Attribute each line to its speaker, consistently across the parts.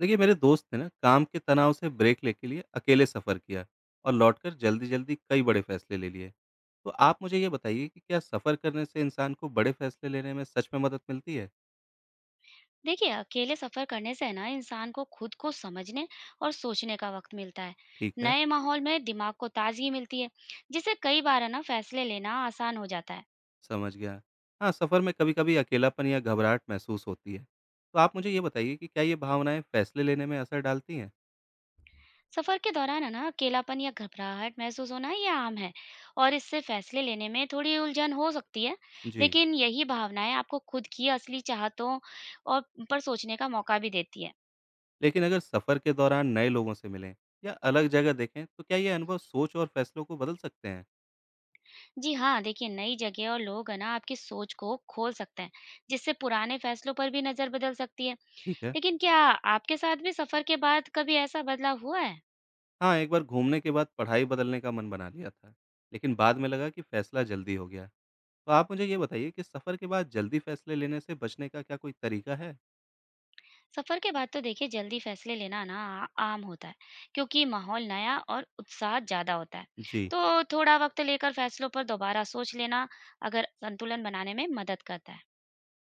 Speaker 1: देखिए मेरे दोस्त ने ना काम के तनाव से ब्रेक ले के लिए अकेले सफर किया और लौटकर जल्दी जल्दी कई बड़े फैसले ले लिए। तो आप मुझे ये बताइए कि क्या सफर करने से इंसान को बड़े फैसले लेने में सच में मदद मिलती है।
Speaker 2: देखिए अकेले सफर करने से है ना इंसान को खुद को समझने और सोचने का वक्त मिलता है।
Speaker 1: ठीक है।
Speaker 2: नए माहौल में दिमाग को ताजगी मिलती है, जिससे कई बार है ना फैसले लेना आसान हो जाता है।
Speaker 1: समझ गया। हाँ सफर में कभी कभी अकेलापन या घबराहट महसूस होती है। तो आप मुझे ये बताइए कि क्या ये भावनाएं फैसले लेने में असर डालती हैं।
Speaker 2: सफर के दौरान है ना अकेलापन या घबराहट महसूस होना ये आम है, और इससे फैसले लेने में थोड़ी उलझन हो सकती है।
Speaker 1: जी।
Speaker 2: लेकिन यही भावनाएं आपको खुद की असली चाहतों और पर सोचने का मौका भी देती है।
Speaker 1: लेकिन अगर सफर के दौरान नए लोगों से मिलें या अलग जगह देखें तो क्या ये अनुभव सोच और फैसलों को बदल सकते हैं।
Speaker 2: जी हाँ, देखिए नई जगह और लोग है ना आपकी सोच को खोल सकते हैं, जिससे पुराने फैसलों पर भी नजर बदल सकती है।
Speaker 1: ठीक है।
Speaker 2: लेकिन क्या आपके साथ भी सफर के बाद कभी ऐसा बदलाव हुआ है?
Speaker 1: हाँ, एक बार घूमने के बाद पढ़ाई बदलने का मन बना लिया था, लेकिन बाद में लगा कि फैसला जल्दी हो गया। तो आप मुझे ये बताइए कि सफ़र के बाद जल्दी फैसले लेने से बचने का क्या कोई तरीका है?
Speaker 2: सफर के बाद तो देखिए जल्दी फैसले लेना ना आम होता है, क्योंकि माहौल नया और उत्साह ज्यादा होता है।
Speaker 1: जी।
Speaker 2: तो थोड़ा वक्त लेकर फैसलों पर दोबारा सोच लेना अगर संतुलन बनाने में मदद करता है।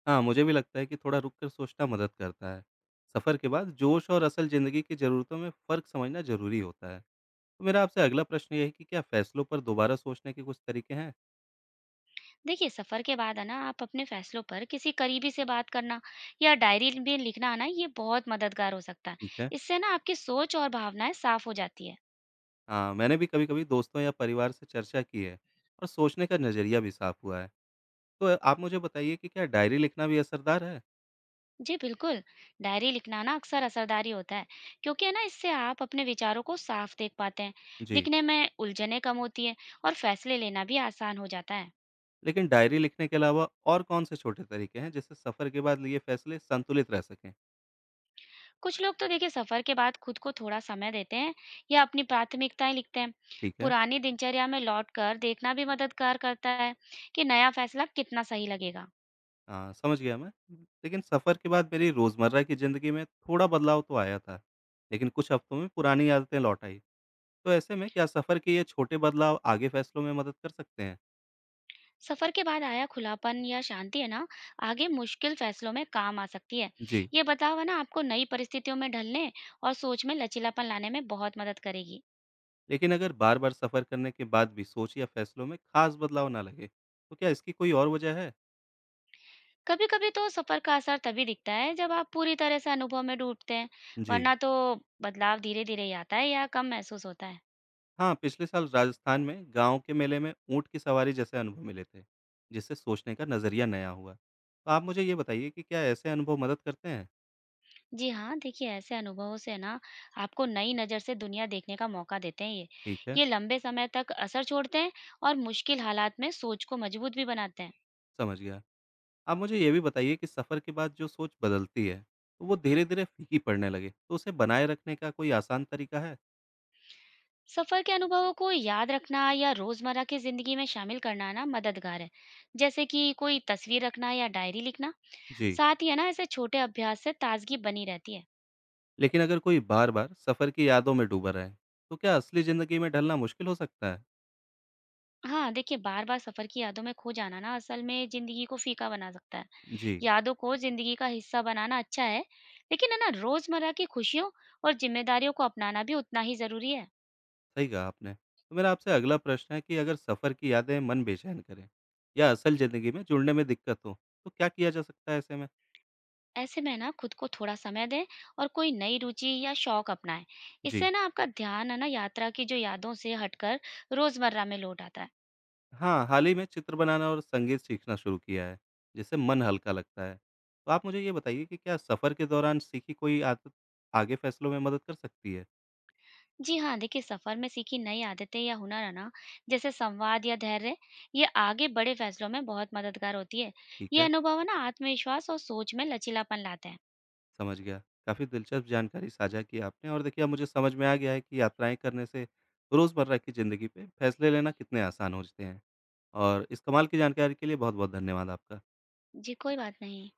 Speaker 1: हाँ, मुझे भी लगता है कि थोड़ा रुक कर सोचना मदद करता है। सफ़र के बाद जोश और असल ज़िंदगी की ज़रूरतों में फ़र्क समझना ज़रूरी होता है। तो मेरा आपसे अगला प्रश्न ये है कि क्या फैसलों पर दोबारा सोचने के कुछ तरीके हैं?
Speaker 2: देखिए सफर के बाद है ना आप अपने फैसलों पर किसी करीबी से बात करना या डायरी में लिखना है ना ये बहुत मददगार हो सकता है।
Speaker 1: ठीक है।
Speaker 2: इससे ना आपकी सोच और भावनाएं साफ हो जाती है।
Speaker 1: हाँ, मैंने भी कभी-कभी दोस्तों या परिवार से चर्चा की है और सोचने का नज़रिया भी साफ़ हुआ है। तो आप मुझे बताइए कि क्या डायरी लिखना भी असरदार है?
Speaker 2: जी बिल्कुल, डायरी लिखना ना अक्सर असरदारी होता है, क्योंकि है ना इससे आप अपने विचारों को साफ देख पाते हैं।
Speaker 1: जी।
Speaker 2: लिखने में उलझनें कम होती हैं और फैसले लेना भी आसान हो जाता है।
Speaker 1: लेकिन डायरी लिखने के अलावा और कौन-से छोटे तरीके हैं जिससे सफ़र के बाद लिए फ़ैसले संतुलित रह सकें?
Speaker 2: कुछ लोग तो देखिए सफर के बाद खुद को थोड़ा समय देते हैं या अपनी प्राथमिकताएं लिखते हैं।
Speaker 1: ठीक है।
Speaker 2: पुरानी दिनचर्या में लौट कर देखना भी मददगार करता है कि नया फैसला कितना सही लगेगा।
Speaker 1: समझ गया मैं। लेकिन सफ़र के बाद मेरी रोज़मर्रा की ज़िंदगी में थोड़ा बदलाव तो आया था, लेकिन कुछ हफ्तों में पुरानी आदतें लौट आई। तो ऐसे में क्या सफ़र के ये छोटे बदलाव आगे फ़ैसलों में मदद कर सकते हैं?
Speaker 2: सफर के बाद आया खुलापन या शांति है ना आगे मुश्किल फैसलों में काम आ सकती है।
Speaker 1: जी।
Speaker 2: ये बताओ है ना आपको नई परिस्थितियों में ढलने और सोच में लचीलापन लाने में बहुत मदद करेगी।
Speaker 1: लेकिन अगर बार-बार सफ़र करने के बाद भी सोच या फ़ैसलों में ख़ास बदलाव ना लगे, तो क्या इसकी कोई और वजह है?
Speaker 2: कभी कभी तो सफर का असर तभी दिखता है जब आप पूरी तरह से अनुभव में डूबते हैं,
Speaker 1: जी।
Speaker 2: वरना तो बदलाव धीरे धीरे ही आता है या कम महसूस होता है।
Speaker 1: हाँ, पिछले साल राजस्थान में गांव के मेले में ऊँट की सवारी जैसे अनुभव मिले थे, जिससे सोचने का नज़रिया नया हुआ। तो आप मुझे ये बताइए कि क्या ऐसे अनुभव मदद करते हैं?
Speaker 2: जी हाँ, देखिए ऐसे अनुभवों से ना आपको नई नज़र से दुनिया देखने का मौका देते हैं
Speaker 1: ठीक है।
Speaker 2: ये लंबे समय तक असर छोड़ते हैं और मुश्किल हालात में सोच को मजबूत भी बनाते हैं।
Speaker 1: समझ गया। आप मुझे ये भी बताइए कि सफ़र के बाद जो सोच बदलती है, तो वो धीरे-धीरे फीकी पड़ने लगे, तो उसे बनाए रखने का कोई आसान तरीका है?
Speaker 2: सफर के अनुभवों को याद रखना या रोजमर्रा की जिंदगी में शामिल करना ना मददगार है, जैसे कि कोई तस्वीर रखना या डायरी लिखना।
Speaker 1: जी।
Speaker 2: साथ ही है ना ऐसे छोटे अभ्यास से ताजगी बनी रहती है।
Speaker 1: लेकिन अगर कोई बार-बार सफ़र की यादों में डूबा रहे, तो क्या असली ज़िंदगी में ढलना मुश्किल हो सकता है?
Speaker 2: हाँ देखिए बार बार सफर की यादों में खो जाना ना असल में जिंदगी को फीका बना सकता है।
Speaker 1: जी।
Speaker 2: यादों को जिंदगी का हिस्सा बनाना अच्छा है, लेकिन है ना रोजमर्रा की खुशियों और जिम्मेदारियों को अपनाना भी उतना ही जरूरी है।
Speaker 1: सही कहा आपने। तो मेरा आपसे अगला प्रश्न है कि अगर सफ़र की यादें मन बेचैन करें या असल ज़िंदगी में जुड़ने में दिक्कत हो, तो क्या किया जा सकता है ऐसे में?
Speaker 2: ऐसे में ना खुद को थोड़ा समय दें और कोई नई रुचि या शौक अपनाएं।
Speaker 1: जी।
Speaker 2: इससे ना आपका ध्यान है ना यात्रा की जो यादों से हटकर रोजमर्रा में लौट आता है।
Speaker 1: हाँ, हाल ही में चित्र बनाना और संगीत सीखना शुरू किया है, जिससे मन हल्का लगता है। तो आप मुझे ये बताइए कि क्या सफ़र के दौरान सीखी कोई आदत आगे फैसलों में मदद कर सकती है?
Speaker 2: जी हाँ, देखिए सफर में सीखी नई आदतें या हुनर है ना जैसे संवाद या धैर्य ये आगे बड़े फैसलों में बहुत मददगार होती है।
Speaker 1: ठीक
Speaker 2: ये
Speaker 1: है।
Speaker 2: अनुभव है ना आत्मविश्वास और सोच में लचीलापन लाते हैं।
Speaker 1: समझ गया। काफ़ी दिलचस्प जानकारी साझा की आपने और देखिए अब मुझे समझ में आ गया है कि यात्राएँ करने से रोज़मर्रा की ज़िंदगी पे फैसले लेना कितने आसान हो जाते हैं। और इस कमाल की जानकारी के लिए बहुत-बहुत धन्यवाद आपका।
Speaker 2: जी कोई बात नहीं।